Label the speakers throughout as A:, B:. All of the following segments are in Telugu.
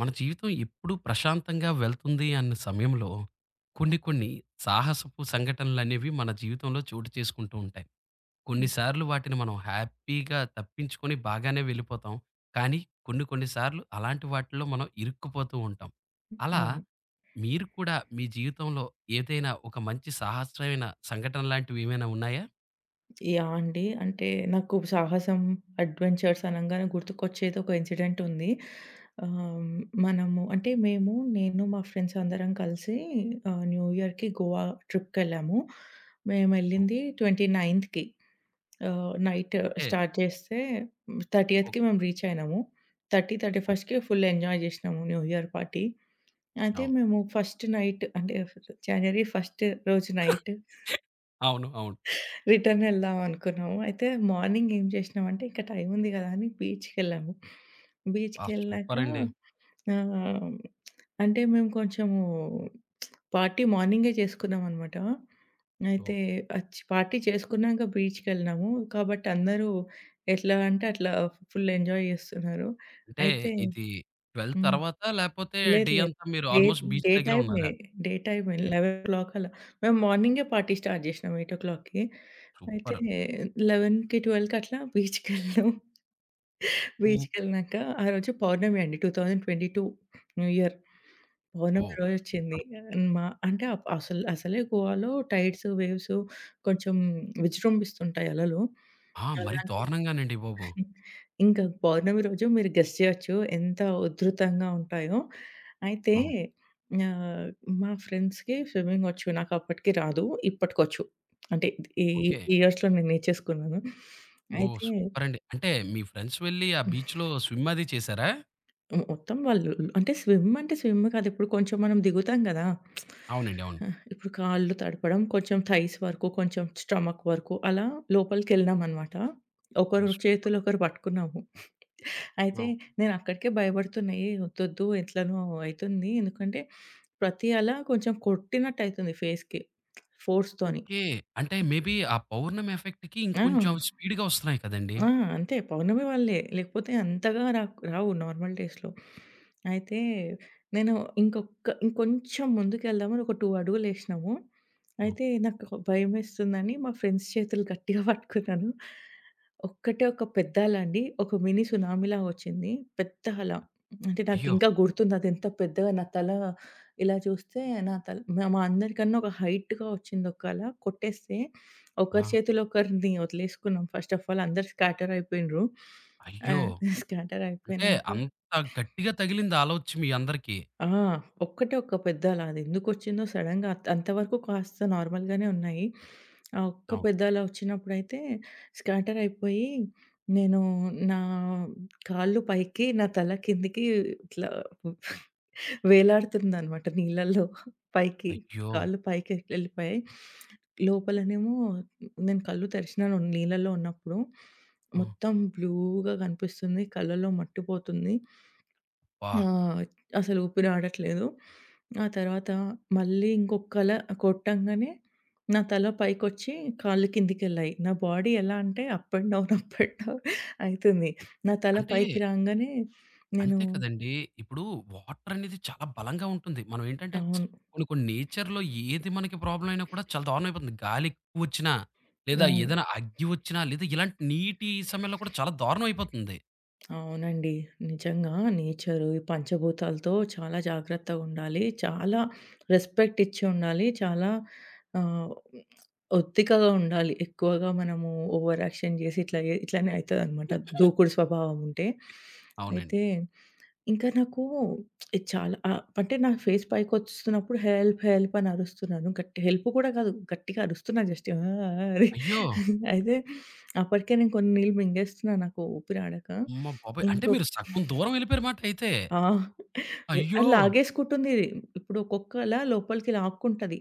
A: మన జీవితం ఎప్పుడు ప్రశాంతంగా వెళ్తుంది అన్న సమయంలో కొన్ని కొన్ని సాహసపు సంఘటనలు అనేవి మన జీవితంలో చోటు చేసుకుంటూ ఉంటాయి. కొన్నిసార్లు వాటిని మనం హ్యాపీగా తప్పించుకొని బాగానే వెళ్ళిపోతాం. కానీ కొన్ని కొన్ని సార్లు అలాంటి వాటిలో మనం ఇరుక్కుపోతూ ఉంటాం. అలా
B: అవును.
A: మీరు కూడా మీ జీవితంలో ఏదైనా ఒక మంచి సాహసమైన సంఘటన లాంటివి ఏమైనా ఉన్నాయా?
B: యాహ్! అండి. నాకు సాహసం, అడ్వెంచర్స్ అనంగానే గుర్తుకొచ్చేది ఒక ఇన్సిడెంట్ ఉంది. ఆహ్, మనము అంటే మేము నేను మా ఫ్రెండ్స్ అందరం కలిసి న్యూ ఇయర్‌కి గోవా ట్రిప్‌కెళ్ళాము. మేమెళ్ళింది 29థ్ నైట్
A: ఓకే.
B: స్టార్ట్ చేస్తే
A: ఓహ్!
B: 30థ్ మేము రీచ్ అయినాము. 30,
A: ఓహ్!
B: 31కి ఫుల్ ఎంజాయ్ చేసినాము న్యూ ఇయర్ పార్టీ. అయితే
A: అవును.
B: మేము ఫస్ట్ నైట్ అంటే జనవరి ఫస్ట్ రోజు నైట్
A: అవును. అవును.
B: రిటర్న్ వెళ్దాం అనుకున్నాము. అయితే మార్నింగ్ ఏం చేసినామంటే ఇంక టైం ఉంది కదా అని బీచ్‌కెళ్ళాము.
A: ఆ!
B: బీచ్‌కెళ్ళాక
A: సూపర్ అండి.
B: ఆహ్, అంటే మేము కొంచెము పార్టీ మార్నింగే చేసుకున్నామనమాట.
A: ఓహ్!
B: అయితే అచ్ పార్టీ చేసుకున్నాక బీచ్‌కెళ్ళినాము. కాబట్టి అందరూ ఎట్లా అంటే అట్లా ఫుల్ ఎంజాయ్ చేస్తున్నారు.
A: అంటే
B: అయితే
A: ఇది 12
B: హ్మ్.
A: తర్వాత లేపోతే
B: లేదు
A: డే
B: లేదు.
A: అంతా మీరు
B: డే
A: ఆల్‌మోస్ట్ బీచ్
B: డే
A: దగ్గరే
B: టైమే.
A: ఉన్నారా?
B: డే టైమే
A: ఓకే.
B: 11:00 అలా. మేము మార్నింగే పార్టీ స్టార్ట్ జేసినాం 8:00కి. అయితే
A: సూపర్.
B: 11కి, 12కి అట్లా బీచ్‌కెళ్ళాం.
A: హ్మ్.
B: బీచ్‌కెళ్ళినాక ఆ రోజు పౌర్ణమి అండి. 2022 న్యూ ఇయర్. పౌర్ణమి
A: ఓహ్!
B: రోజొచ్చింది.
A: సూపర్.
B: మా అంటే అప్ అసలే గోవాలో టైడ్స్, వేవ్స్ కొంచెం విజృంభిస్తుంటాయి అలలు.
A: ఆ! మరి
B: అలాంటి
A: దారుణంగానండి బాబు.
B: హ్మ్. ఇంకా పౌర్ణమి రోజు మీరు గెస్ చేయొచ్చు ఎంత ఉధృతంగా ఉంటాయో. అయితే
A: అవును.
B: ఆహ్, మా ఫ్రెండ్స్‌కి స్విమ్మింగ్ వచ్చు. నాకు అప్పటికి రాదు. ఇప్పటికొచ్చు. అంటే ఈ
A: ఓకే.
B: ఈ ఇయర్స్‌లో నేను నేర్చేసుకున్నాను.
A: ఓహ్!
B: అయితే
A: సూపరండి. అంటే మీ ఫ్రెండ్స్ వెళ్లి ఆ బీచ్‌లో స్విమ్ అది చేసారా?
B: మొత్తం వాళ్ళు అంటే స్విమ్ అంటే స్విమ్ కాదు. ఇప్పుడు కొంచెం మనం దిగుతాం గదా!
A: అవునండి. అవును.
B: ఇప్పుడు కాళ్ళు తడపడం, కొంచెం థైస్ వరకు, కొంచెం స్టమక్ వరకు అలా లోపలికెళ్ళినామనమాట.
A: ఓహ్!
B: ఒకరు చేతులు ఒకరు పట్టుకున్నాము. అయితే
A: అవును.
B: నేనక్కడికే భయపడుతున్నా. ఏ ఒద్దొద్దు ఎట్లనో అయితుంది. ఎందుకంటే, ప్రతి అల కొంచెం కొట్టినట్టయితుంది ఫేస్‌కి ఫోర్స్‌తోని.
A: ఓకే. అంటే మేబీ ఆ పౌర్ణమి ఎఫెక్ట్‌కి
B: ఆ!
A: ఇంకొంచెం స్పీడ్‌గా వస్తున్నాయి కదండీ!
B: ఆ! అంతే పౌర్ణమి వాళ్ళే. లేకపోతే అంతగా రాక్ రావు నార్మల్ డేస్‌లో. అయితే నేను ఇంకొంచెం ముందుకెళ్దామని ఒక 2 అడుగులేసినాము.
A: ఓహ్!
B: అయితే నాకు భయమేస్తుందని మా ఫ్రెండ్స్ చేతులు గట్టిగా పట్టుకున్నాను. ఒక్కటే ఒక పెద్ద అల అండి. ఒక మినీ సునామీలాగా వచ్చింది. పెద్ద అల. అంటే
A: అయ్యో!
B: నాకింకా గుర్తుంది అదెంత పెద్దగా నా తల ఇలా చూస్తే నా తల మా మా అందరికన్నా ఒక హైట్‌గా వచ్చింది ఒక అల. కొట్టేస్తే ఒకరి
A: ఆ!
B: చేతిలో ఒకరిని వదిలేసుకున్నాం. ఫస్ట్ ఆఫ్ ఆల్ అందరూ స్కాటర్ అయిపోయిండ్రు.
A: అయ్యో!
B: ఆహ్, స్కాటర్
A: అంటే
B: అయిపోయినంక
A: అంత గట్టిగా తగిలిందా అలా వచ్చి మీ అందరికి?
B: ఆ! ఒక్కటే ఒక్క పెద్దాల అది ఎందుకొచ్చిందో సడెన్‌గా అంతవరకు కాస్త నార్మల్‌గానే ఉన్నాయి. ఆ ఒక్క
A: అవును.
B: పెద్దాల వచ్చినప్పుడైతే స్కాటర్ అయిపోయి నేను నా కాళ్ళు పైకి, నా తల కిందకి ఇట్లా వేలాడుతుందనమాట నీళ్ళల్లో. పైకి
A: అయ్యో!
B: కాళ్ళు పైకి ఎళ్ళిపోయాయి. లోపలనేమో నేను కళ్ళు తెరిచినాను నీళ్ళలో ఉన్నప్పుడు.
A: ఆ!
B: మొత్తం బ్లూగా కనిపిస్తుంది. కళ్ళలో మట్టి పోతుంది.
A: అబ్బా!
B: ఆ! అసలు ఊపిరాడట్లేదు. ఆ తర్వాత మళ్ళీ ఇంకొక కల కొట్టంగానే నా తల పైకొచ్చి కాళ్ళు కిందికెళ్ళాయి. నా బాడీ ఎలా అంటే up and down, up and down అయితుంది. నా తల
A: అంటే
B: పైకి రాంగానే నేను
A: అంతే కదండీ! ఇప్పుడు వాటర్ అనేది చాలా బలంగా ఉంటుంది. మనం ఏంటంటే
B: అవును.
A: కొన్ని కొన్ని నేచర్‌లో ఏది మనకి ప్రాబ్లమ్ అయినా కూడా చాలా దారుణం అయిపోతుంది. గాలి ఎక్కువొచ్చినా, లేదా
B: అవును.
A: ఏదైనా అగ్గి వచ్చినా, లేదా ఇలాంటి నీటి సమయంలో కూడా చాలా దారుణం అయిపోతుంది.
B: అవునండి. నిజంగా నేచరు, ఈ పంచభూతాలతో చాలా జాగ్రత్తగుండాలి. చాలా రెస్పెక్ట్ ఇచ్చి ఉండాలి. చాలా ఆహ్, ఒత్తికగా ఉండాలి. ఎక్కువగా మనము ఓవర్ యాక్షన్ చేసి ఇట్లా ఇట్లనే అయితదనమాట దూకుడు స్వభావం ఉంటే.
A: అవునండి.
B: అయితే ఇంకా నాకు ఇది చాలా అంటే నా ఫేస్ పైకొస్తున్నప్పుడు హెల్ప్, హెల్ప్ అని అరుస్తున్నాను. గట్టి హెల్ప్ కూడా కాదు. గట్టిగా అరుస్తున్నా జస్ట్ ఆ! ఆ! అని.
A: అయ్యో!
B: అయితే అప్పటికే నేను కొన్ని నీళ్ళు మింగేస్తున్నా నాకు ఊపిరాడక.
A: అమ్మ బాబోయ్! అంటే
B: ఇంకొ
A: మీరు సగం దూరం వెళ్ళిపోయారు మాట అయితే.
B: ఆ!
A: అయ్యో!
B: అది లాగేసుకుంటుంది. ఇది. ఇప్పుడు ఒక్కొక్కలా లోపలికి లాక్కుంటది.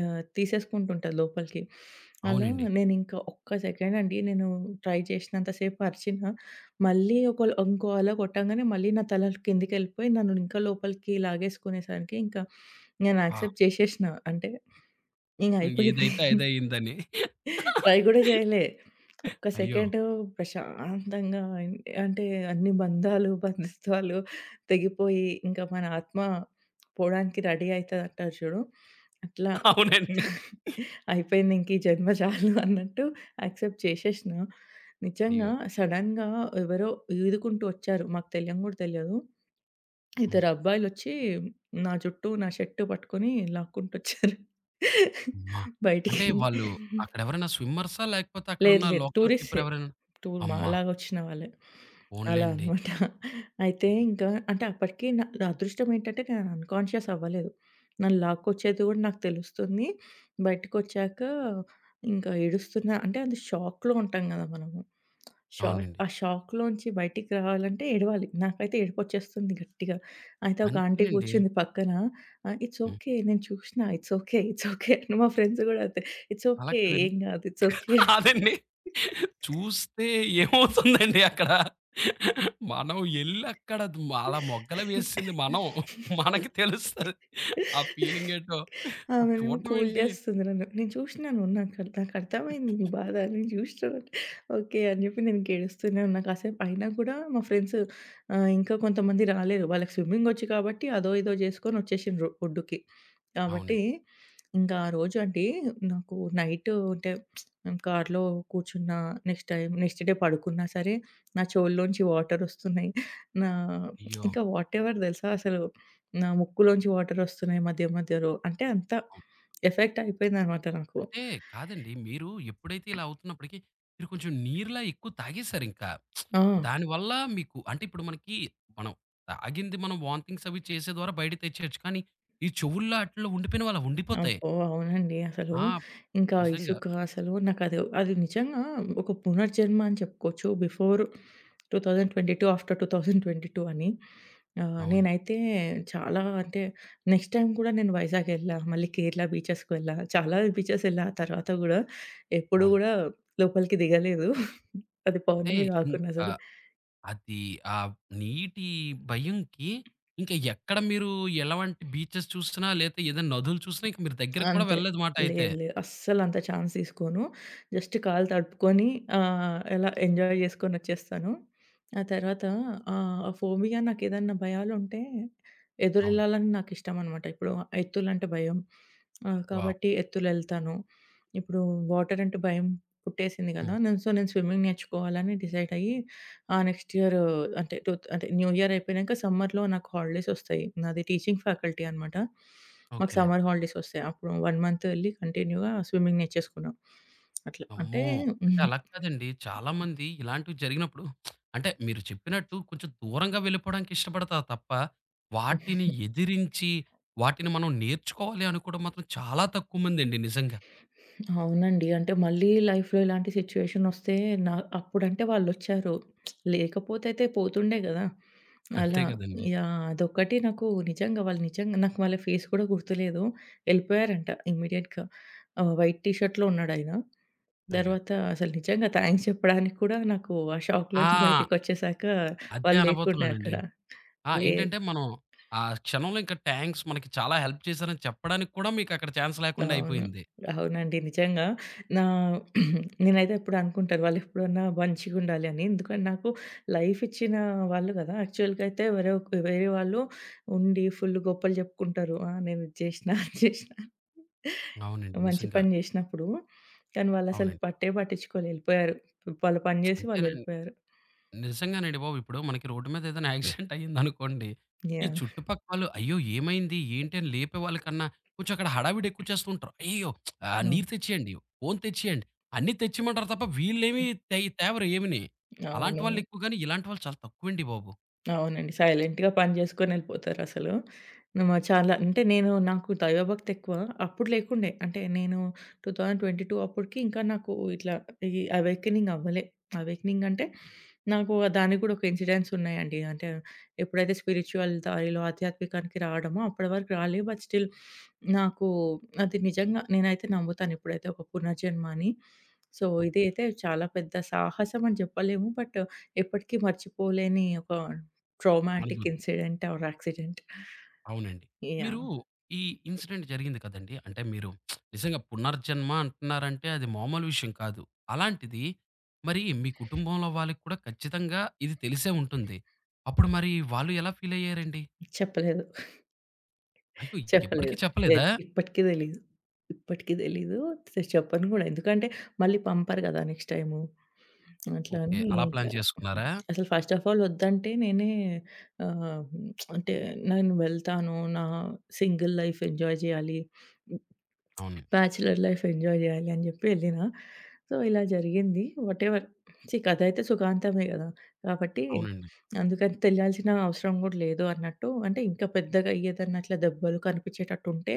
B: తీసేసుకుంటుంటది లోపలికి. అలా
A: అవునండి.
B: నేనింక ఒక్క సెకండ్ అండి నేను ట్రై చేసినంత సేపు అరిచినా, మళ్ళీ ఒక ఇంకో అల కొట్టంగానే మళ్ళీ నా తల కిందికెళ్ళిపోయి నన్ను ఇంకా లోపలికి లాగేసుకునేసరికి ఇంకా నేను
A: పాపం
B: యాక్సెప్ట్ చేసేసినా. అంటే ఇంగ అయిపోయింది.
A: ఏదైతే అదయిందని.
B: ట్రై గూడా జేయలే. ఒక్క
A: అయ్యో!
B: సెకండు ప్రశాంతంగా అంటే అన్ని బంధాలు, బంధుత్వాలు తెగిపోయి, ఇంకా మన ఆత్మ పోవడానికి రెడీ అయితదంటారు జూడు. అట్లా
A: అవునండి.
B: అయిపోయింది ఇంక ఈ జన్మ చాలు అన్నట్టు యాక్సెప్ట్ చేసేసినా. నిజంగా
A: అయ్యో!
B: సడెన్‌గా ఎవరో ఈదుకుంటూ ఒచ్చారు. మాకు తెలియని గూడా తెలియదు.
A: హ్మ్.
B: ఇద్దరు అబ్బాయిలొచ్చి నా జుట్టు, నా షర్ట్ పట్టుకొని లాక్కుంటూ ఒచ్చారు
A: అమ్మా! అంటే
B: బయటికి.
A: వాళ్ళు అక్కడెవరైనా స్విమ్మర్సా? లేకపోతే
B: లేదు.
A: అక్కడున్న
B: లేదు.
A: లోకల్ పీపుల్
B: టూరిస్ట్‌సే.
A: ఎవరైనా
B: టూర్
A: అమ్మా!
B: మాలాగొచ్చిన వాళ్ళే. అలా
A: పోన్లెండి.
B: అనమాట. అయితే
A: అయ్యో!
B: ఇంకా అంటే అప్పటికి నా నా అదృష్టం ఏంటంటే నేను అన్‌కాన్షియస్ అవ్వలేదు. నన్ను లాక్కొచ్చేది గూడా నాకు తెలుస్తుంది. బయటకొచ్చాక ఇంకా ఏడుస్తున్నా అంటే అది షాక్‌లో ఉంటాం గదా! మనము.
A: అవునండి.
B: ఆ షాక్‌లోంచి బయటికి రావాలంటే ఏడవాలి. నాకైతే ఏడుపొచ్చేస్తుంది గట్టిగా. అయితే ఒక ఆంటీ
A: అంతేనండి.
B: కూర్చుంది పక్కన. "It's
A: hmm.
B: ఓకే. నేను చూషినా. It's okay. ఇట్స్ ఓకే" అని మా ఫ్రెండ్స్ గూడా అంతే. "ఇట్స్
A: అలా
B: ఓకే.
A: కాదండి.
B: ఏం గాదు. It's okay."
A: అదండి. చూస్తే ఏమవుతుందండి అక్కడ? మనం ఎళ్లి అక్కడ అలా మొగ్గలు వేసింది మనం. మనకి తెలుస్తది. ఆ ఫీలింగేంటో. అది
B: ఆమెనేమో
A: చూడడం
B: కూల్
A: ఏంటి?
B: జేస్తుంది నన్ను. నేను చూషినాను. నాకు నాకర్థమైంది నీ బాధ. నేను జూషినాను. ఓకే అని జెప్పి నేను ఇంకేడుస్తూనే ఉన్నా కాసేపు. అయినా గూడా మా ఫ్రెండ్స్ ఇంకా కొంతమంది రాలేదు. వాళ్ళకి స్విమ్మింగొచ్చు కాబట్టి అదో ఇదో జేసుకొని ఒచ్చేషిండ్రు ఒడ్డుకి. కాబట్టి
A: అవునండి.
B: ఇంకా ఆ రోజు అండి నాకు నైట్ అంటే మేము కార్‌లో కూర్చున్నా, నెక్స్ట్ డే పడుకున్నా సరే, నా చెవుల్లోంచి వాటరొస్తున్నాయి. నా
A: అయ్యో! అవును.
B: ఇంకా వాటెవర్ దెలుసా అసలు నా ముక్కులోంచి వాటరొస్తున్నాయి మధ్య మధ్యలో. అంటే అంత ఎఫెక్ట్ అయిపోయిందనమాట నాకు.
A: అంటే కాదండి. మీరు ఎప్పుడైతే ఇలా అవుతున్నప్పటికి మీరు కొంచెం నీరులా ఎక్కువ తాగేసారు ఇంకా.
B: ఆ!
A: దానివల్ల మీకు అంటే ఇప్పుడు మనకి మనం తాగింది మనం వామిటింగ్స్ అవి చేసే ద్వారా బయటకి తెచ్చేయొచ్చు. కానీ ఈ చెవుల్లో ఆటిల్లో ఉండిపోయినవి అలా ఉండిపోతాయి.
B: అబ్బో! అవునండి. అసలు
A: ఆ!
B: ఇంకా
A: నిజంగా.
B: ఇసుక అసలు నాకది అది అది నిజంగా ఒక పునర్జన్మ అని చెప్పుకోవచ్చు. బిఫోర్ 2022, ఆఫ్టర్ 2022 అని.
A: అవును.
B: నేనైతే చాలా అంటే నెక్స్ట్ టైమ్ కూడా నేను వైజాగ్ ఎళ్ళా, మళ్ళీ కేరళ బీచెస్‌కి వెళ్ళా. చాలా బీచెస్ ఎళ్ళా ఆ తర్వాత గూడా. ఎప్పుడు
A: అవును.
B: గూడా లోపలికి దిగలేదు. అది
A: అంటే
B: పౌర్ణమి కాకున్నా
A: ఇంకా
B: సరే.
A: అది ఆ నీటి భయంకి ఇంకా ఎక్కడ మీరు ఎలాంటి బీచెస్ చూసినా లేతే ఏదైనా నదులు చూసినా ఇంక మీరు దగ్గరకి కూడా
B: అంతే.
A: వెళ్ళలేదన్నమాట అయితే.
B: లేదు లేదు. అస్సలంత ఛాన్స్ తీసుకోను. జస్ట్ కాళ్ళు తడుపుకొని ఎలా ఎంజాయ్ చేసుకొనొచ్చేస్తాను. ఆ తర్వాత ఆ ఫోబియా నాకేదన్నా భయాలుంటే
A: అవును.
B: ఎదురెళ్ళాలని నాకిష్టమనమాట. ఇప్పుడు ఎత్తులంటే భయం.
A: వావ్!
B: కాబట్టి ఎత్తులెళ్తాను. ఇప్పుడు వాటర్ అంటే భయం పుట్టేసింది గదా!
A: హ్మ్.
B: నేను సో, నేను స్విమ్మింగ్ నేర్చుకోవాలని డిసైడ్ అయ్యి ఆ నెక్స్ట్ ఇయర్ అంటే టూ అంటే న్యూ ఇయర్ అయిపోయినాక సమ్మర్‌లో నాకు హాలిడేసొస్తాయి. నాది టీచింగ్ ఫ్యాకల్టీ అనమాట. మాకు
A: ఓకేనండి.
B: సమ్మర్ హాలిడేస్ ఒస్తాయి. అప్పుడు 1 మంత్ ఎళ్లి కంటిన్యూ‌గా స్విమ్మింగ్ నేర్చేసుకున్నాం. అట్లా. అంటే
A: అమ్మో! అంటే అలా కాదండి. చాలామంది ఇలాంటివి జరిగినప్పుడు అంటే మీరు చెప్పినట్టు కొంచెం దూరంగా వెళ్ళిపోవడానికి ఇష్టపడతారు తప్ప, వాటిని ఎదిరించి, వాటిని మనం నేర్చుకోవాలి అనుకోవడం మాత్రం చాలా తక్కువ మందండి నిజంగా.
B: అవునండి. అంటే మళ్ళీ లైఫ్‌లో ఇలాంటి సిట్యుయేషన్ ఒస్తే నా అప్పుడంటే వాళ్ళొచ్చారు. లేకపోతే అయితే పోతుండే గదా!
A: అంతే
B: అలా
A: కదండీ!
B: యాహ్! అదొక్కటి నాకు నిజంగా వాళ్ళు నిజంగా నాకు వాళ్ళ ఫేస్ కూడా గుర్తులేదు. ఎళ్ళిపోయారంట ఇమ్మీడియేట్‌గా. వైట్ టీ షర్ట్‌లో ఉన్నాడాయన.
A: అయ్యో!
B: తర్వాత అసలు నిజంగా థాంక్స్ చెప్పడానికి కూడా నాకు ఆ షాక్‌లోంచి
A: ఆ!
B: బయటికొచ్చేసాక
A: అదే
B: వాళ్ళు లేకుండే
A: అనబోతున్నానండి.
B: అక్కడ.
A: ఆ!
B: లేదు.
A: ఏంటంటే మనం ఆ క్షణంలో ఇంకా థాంక్స్ మనకి చాలా హెల్ప్ చేశారని చెప్పడానికి కూడా మీకు అక్కడ ఛాన్స్ లేకుండా
B: అవును.
A: అయిపోయింది.
B: అవునండి. నిజంగా నా నేనైతే ఎప్పుడు అనుకుంటాను వాళ్ళెప్పుడన్నా మంచిగుండాలి అని. ఎందుకంటే నాకు లైఫ్ ఇచ్చిన వాళ్ళు గదా! యాక్చువల్‌గా అయితే వేరే వాళ్ళు ఉండి ఫుల్ గొప్పలు చెప్పుకుంటారు. ఆ! నేను ఇది చేసినా, అది చేసినా
A: అవునండి.
B: మంచి
A: నిజంగా.
B: పని చేసినప్పుడు. కానీ వాళ్ళసలు
A: అవునండి.
B: పట్టించుకోలే. ఎళ్ళిపోయారు. వాళ్ళ పని చేసి
A: అంతేనండి.
B: వాళ్ళెళ్ళిపోయారు.
A: నిజంగానండి బాబు. ఇప్పుడు మనకి రోడ్డు మీద ఏదైనా యాక్సిడెంట్ అయిందనుకోండి, ఈ
B: యాహ్!
A: చుట్టుపక్కలోళ్ళు "అయ్యో! ఏమైంది? ఏంటి?" అని లేపేవాళ్ళ కన్నా, కొంచెం అక్కడ హడావిడి ఎక్కువ చేస్తూ ఉంటారు. "అయ్యయ్యో! ఆహ్,
B: అవును.
A: నీరు తెచ్చేయండి, ఫోను తెచ్చేయండి" అన్నీ తెచ్చిమంటారు తప్ప వీళ్ళేమి తేవరు ఏమిని. అలాంటి వాళ్ళు
B: అవునవును.
A: ఎక్కువ గాని, ఇలాంటి వాళ్ళు చాలా తక్కువండి బాబు.
B: అవునండి. సైలెంట్‌గా పని జేసుకొని ఎళ్ళిపోతారసలు. చాలా అంటే నేను నాకు దైవభక్తి ఎక్కువ. అప్పుడు లేకుండే. అంటే నేను 2022 అప్పటికి ఇంకా నాకు ఇట్లా ఈ అవేకెనింగ్ అవ్వలే. అవేకెనింగ్ అంటే నాకు దానికి గూడా ఒక ఇన్సిడెంట్స్ ఉన్నాయండి. అంటే ఎప్పుడైతే స్పిరిచ్యువల్ దారిలో ఆధ్యాత్మికానికి రావడమో అప్పటి వరకు రాలే. బట్ స్టిల్ నాకు అది నిజంగా నేనైతే నమ్ముతాను ఇప్పుడైతే ఒక పునర్జన్మ అని. So,
A: okay.
B: ఇదైతే చాలా పెద్ద సాహసం అని జెప్పలేము. బట్ ఎప్పటికీ మర్చిపోలేని ఒక ట్రామాటిక్
A: అనుభూతి.
B: Incident or accident.
A: అవునండి. మీరు
B: యాహ్!
A: ఈ ఇన్సిడెంట్ జరిగింది కదండీ! అంటే మీరు నిజంగా పునర్జన్మ అంటున్నారంటే అది మామూలు విషయం కాదు. అలాంటిది మరి మీ కుటుంబంలో వాళ్ళకి కూడా ఖచ్చితంగా ఇది తెలిసే ఉంటుంది. అప్పుడు మరి వాళ్ళు ఎలా ఫీల్ అయ్యారండి?
B: చెప్పలేదు.
A: అయ్యో! ఎప్పటికి
B: చెప్పలేదు.
A: చెప్పలేదా?
B: లేదు. ఇప్పటికి తెలీదు. ఇప్పటికి తెలీదు. చెప్పను గూడా. ఎందుకంటే మళ్ళీ పంపరు గదా! Next time. అట్లా
A: ఓకే.
B: అని
A: అలా
B: ఇంకా
A: ప్లాన్ చేసుకున్నారా?
B: అసలు ఫస్ట్ ఆఫ్ ఆల్ ఒద్దంటే నేనే ఆహ్, అంటే నేను వెళ్తాను. నా సింగిల్ లైఫ్ ఎంజాయ్ జేయాలి.
A: అవును.
B: బ్యాచిలర్ లైఫ్ ఎంజాయ్ జేయాలి అని జెప్పి ఎళ్ళినా. సో, ఇలా జరిగింది. వాటెవర్ ఛీ! కథయితే సుఖాంతమే గదా! కాబట్టి
A: అవునండి.
B: అందుకని తెలియాల్సిన అవసరం గూడా లేదు అన్నట్టు అంటే ఇంకా పెద్దగా అయ్యేదన్నా అట్లా దెబ్బలు కనిపిచ్చేటట్టుంటే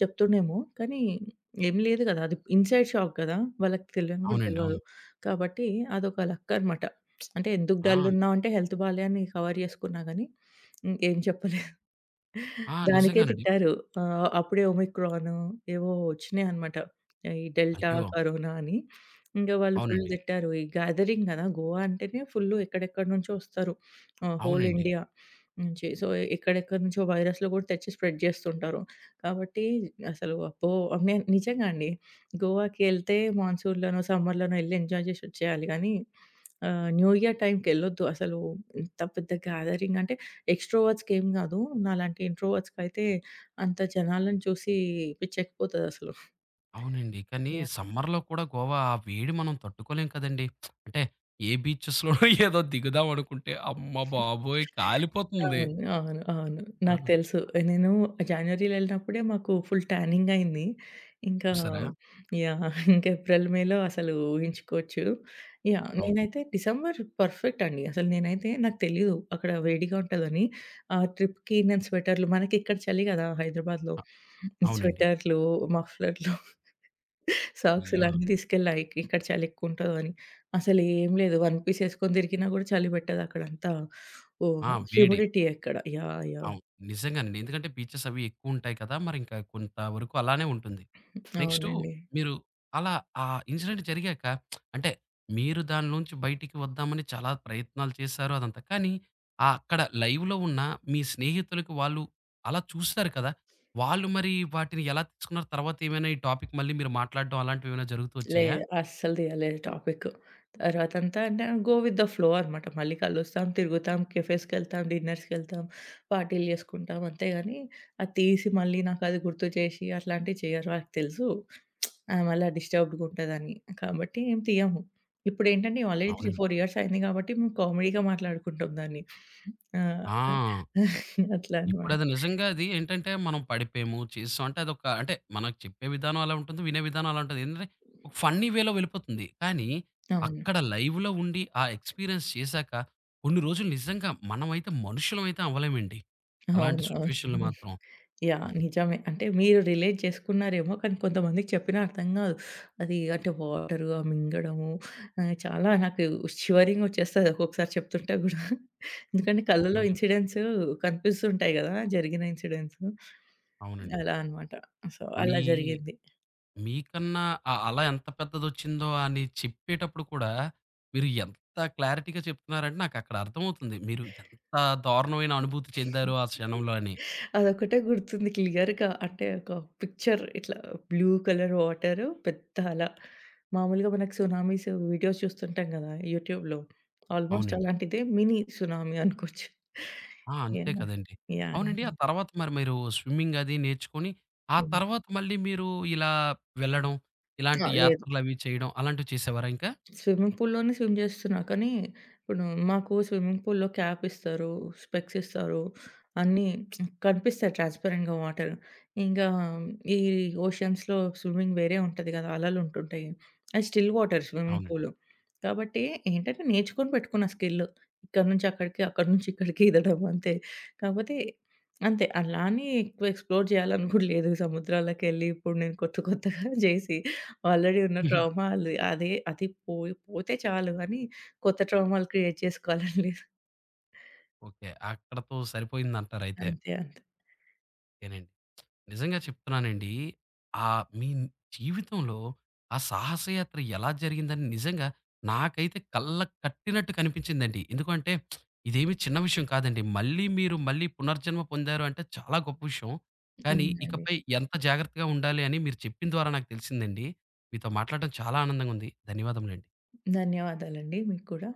B: చెప్తుండేమో. కానీ ఏం లేదు గదా! అది ఇన్‌సైడ్ షాక్ గదా! వాళ్ళకి తెలియని గూడా
A: అవునండి.
B: తెలవదు.
A: అవును.
B: కాబట్టి అదొక లక్కనమాట. అంటే ఎందుకు
A: ఆ!
B: డల్లున్నావంటే హెల్త్ బాలే అని కవర్ జేసుకున్నా గానీ ఏం చెప్పలేదు.
A: ఆ!
B: దానికే
A: నిజంగానండి.
B: తిట్టారు. అప్పుడే ఒమిక్రాను ఏవో వచ్చినాయన్నమాట. ఈ డెల్టా,
A: అయ్యో!
B: కరోనా అని. ఇంక వాళ్ళు ఫుల్
A: అవునండి.
B: తిట్టారు. ఈ గ్యాదరింగ్ గదా! గోవా అంటేనే ఫుల్లు ఎక్కడెక్కడి నుంచో వస్తారు. హోల్
A: అవునండి.
B: ఇండియా నుంచి. సో, ఎక్కడెక్కడి నుంచో వైరస్‌లు గూడా తెచ్చి స్ప్రెడ్ జేస్తుంటారు. కాబట్టి అసలు అబ్బో! నేను నిజంగా అండి. గోవాకి ఎళ్తే మాన్సూన్‌లోనో, సమ్మర్‌లోనో ఎళ్లి ఎంజాయ్ జేసి వచ్చేయాలి గానీ న్యూ ఇయర్ టైమ్‌కెళ్ళొద్దు. అసలు ఎంత పెద్ద గ్యాదరింగ్ అంటే ఎక్స్‌ట్రోవర్ట్స్‌కేం గాదు. నాలాంటి ఇంట్రోవర్ట్స్‌కైతే అంత జనాలను చూసి పిచ్చెక్కిపోతదసలు.
A: అవునండి. కానీ
B: యాహ్!
A: సమ్మర్‌లో కూడా గోవా ఆ వేడి మనం తట్టుకోలేం కదండీ! అంటే ఏ బీచెస్‌లో ఏదో దిగుదాం అనుకుంటే అమ్మ బాబోయ్! కాలిపోతుంది.
B: అవును. అవును. అవును.
A: ఆ!
B: నాకు తెలుసు. నేను జాన్వరిలో ఎళ్ళినప్పుడే మాకు ఫుల్ టానింగ్ అయింది. ఇంకా
A: చూసారా?
B: యాహ్! ఇంక ఏప్రిల్, మేలో అసలు ఊహించుకోవచ్చు. యాహ్!
A: అవునండి.
B: నేనైతే డిసెంబర్ పర్ఫెక్ట్ అండి. అసలు నేనైతే నాకు తెలీదు అక్కడ వేడిగా ఉంటదని. ఆ ట్రిప్‌కి నేను మనకిక్కడ చలి గదా! హైదరాబాద్‌లో.
A: అ అవునండి.
B: స్వెటర్లు, మఫ్లర్లు
A: అయ్యో!
B: సాక్సులన్నీ తీసుకెళ్ళా. ఇక్కడ చలి ఎక్కువుంటదని. అసలేం లేదు. వన్ పీస్ ఏసుకొని తిరిగినా గూడా చలి పెట్టదక్కడంతా.
A: ఆ!
B: ఓహ్!
A: వేడి.
B: హ్యూమిడిటీయే ఇక్కడ. యాహ్! యాహ్!
A: అవును. నిజంగానండి. ఎందుకంటే బీచెస్ అవి ఎక్కువుంటాయి కదా! మరింక కొంతవరకు అలానే ఉంటుంది. నెక్స్టు
B: అవునండి.
A: మీరు అలా ఆ ఇన్సిడెంట్ జరిగాక అంటే మీరు దానిలోంచి బయటికి వద్దామని చాలా ప్రయత్నాలు చేశారు అదంతా. కానీ ఆహ్, అక్కడ లైవ్‌లో ఉన్న మీ స్నేహితులకి వాళ్ళు అలా చూస్తారు కదా! వాళ్ళు మరి వాటిని ఎలా తీసుకున్నారు? తర్వాత ఏమైనా ఈ టాపిక్ మళ్ళీ మీరు మాట్లాడడం అలాంటివేమైనా జరుగుతూ వచ్చాయా?
B: లేదు. అస్సలు తీయలేదు టాపిక్. తర్వాతంతా అంటే గో విత్ ద ఫ్లో అనమాట. మళ్ళీ కలుస్తాం, తిరుగుతాం, కేఫేస్‌కెళ్తాం, డిన్నర్స్‌కెళ్తాం, పార్టీలు చేసుకుంటాం అంతే గాని, అది తీసి మళ్ళీ నాకది గుర్తు చేసి అట్లాంటివి చేయరు. వాళ్ళకి తెలుసు. ఆమె అలా డిస్టర్బ్డ్‌గా ఉంటదని. కాబట్టి ఏం తీయము. ఇప్పుడేంటంటే ఆల్రెడీ 3,
A: అవునండి.
B: 4 ఇయర్స్ అయింది కాబట్టి మేము కామెడీగా మాట్లాడుకుంటాం దాన్ని. ఆ!
A: ఆ!
B: అట్లా అన్నమాట.
A: ఇప్పుడది నిజంగా అది ఏంటంటే, మనం పడిపోయాము, చేసేసాం అంటే అదొక అంటే మనకు చెప్పే విధానం అలా ఉంటుంది. వినే విధానం అలా ఉంటుంది. ఏంటంటే, ఒక ఫన్నీ వేలో వెళ్ళిపోతుంది. కానీ,
B: అవును.
A: అక్కడ లైవ్‌లో ఉండి ఆ ఎక్స్‌పీరియన్స్ చేశాక, కొన్ని రోజులు నిజంగా మనమైతే మనుషులమైతే అవ్వలేమండి. అలాంటి
B: అవునవును.
A: సిట్యుయేషన్‌లో మాత్రం.
B: యాహ్!
A: అవును.
B: నిజమే. అంటే మీరు రిలేట్ చేసుకున్నారేమో కానీ కొంతమందికి చెప్పినా అర్థం కాదు. అది అంటే వాటరు ఆ మింగడము చాలా నాకు షివరింగ్ వచ్చేస్తది ఒక్కొక్కసారి చెప్తుంటే గూడా. ఎందుకంటే కళ్ళలో
A: అవునండి. బాబు,
B: ఇన్సిడెంట్స్ కనిపిస్తుంటాయి గదా! జరిగిన ఇన్సిడెంట్స్.
A: అవునండి.
B: అలా అన్నమాట. సో,
A: మీ
B: అలా జరిగింది.
A: మీకన్నా ఆ అల ఎంత పెద్దదొచ్చిందో అని చెప్పేటప్పుడు కూడా, మీరు ఎంత క్లారిటీగా చెప్తున్నారంటే, నాకక్కడ అర్థమవుతుంది. మీరు ఎంత దారుణమైన అనుభూతి చెందారో ఆ క్షణంలో అని.
B: అదొకటే గుర్తుంది క్లియర్‌గా. అంటే ఒక పిక్చర్ ఇట్లా బ్లూ కలర్ వాటరు, పెద్ద అల. మామూలుగా మనకు సునామీస్ వీడియోస్ చూస్తుంటాం గదా! యూట్యూబ్‌లో. ఆల్‌మోస్ట్
A: అవునండి.
B: అలాంటిదే మినీ సునామీ అనుకోవచ్చు.
A: ఆ! అంతే
B: యాహ్!
A: కదండీ.
B: యాహ్!
A: అవునండి. ఆ
B: యాహ్!
A: తర్వాత మరి మీరు స్విమ్మింగ్ అది నేర్చుకొని, ఆ
B: హ్మ్.
A: తర్వాత మళ్ళీ మీరు ఇలా వెళ్ళడం,
B: ఆ!
A: ఇలాంటి
B: లేదు.
A: యాత్రలవి చేయడం అలాంటివి చేసేవారా ఇంకా?
B: స్విమ్మింగ్ పూల్‌లోనే స్విమ్ జేస్తున్నా. కానీ, ఇప్పుడు మాకు స్విమ్మింగ్ పూల్‌లో క్యాప్ ఇస్తారు, స్పెక్స్ ఇస్తారు. అన్నీ కనిపిస్తాయి ట్రాన్స్‌పరెంట్‌గా వాటర్. ఇంగా ఈ ఓషన్స్‌లో స్విమ్మింగ్ వేరే ఉంటది గదా! అలలుంటుంటాయి. అది స్టిల్ వాటర్ స్విమ్మింగ్
A: అవునండి.
B: పూల్. కాబట్టి ఏంటంటే, నేర్చుకొని పెట్టుకున్న స్కిల్. ఇక్కడ నుంచి అక్కడికి, అక్కడి నుంచి ఇక్కడికి ఈదడం అంతే. కాకపోతే అంతే అలా అని ఎక్కువ ఎక్స్‌ప్లోర్ జేయాలని గూడా లేదు. సముద్రాలకెళ్ళి ఇప్పుడు నేను కొత్తగా జేసి ఆల్రెడీ ఉన్న ట్రామా ఆళ్ళది. అది పోయి పోతే చాలు అని కొత్త ట్రామాలు క్రియేట్ చేసుకోవాలండి.
A: ఓకే. అక్కడతో సరిపోయిందంటారయితే.
B: అంతే అంతే.
A: ఓకేనండి. నిజంగా చెప్తున్నానండి. ఆహ్, మీ జీవితంలో ఆ సాహసయాత్ర ఎలా జరిగిందని నిజంగా నాకైతే కళ్ళకి కట్టినట్టు కనిపించిందండి. ఎందుకంటే ఇదేమి చిన్న విషయం కాదండి. మళ్ళీ మీరు పునర్జన్మ పొందారు అంటే చాలా గొప్ప విషయం. కానీ
B: అవునండి.
A: ఇకపై ఎంత జాగ్రత్తగా ఉండాలి అని మీరు చెప్పిన ద్వారా నాకు తెలిసిందండి. మీతో మాట్లాడటం చాలా ఆనందంగా ఉంది. ధన్యవాదములండి.
B: ధన్యవాదాలండి మీకు కూడా.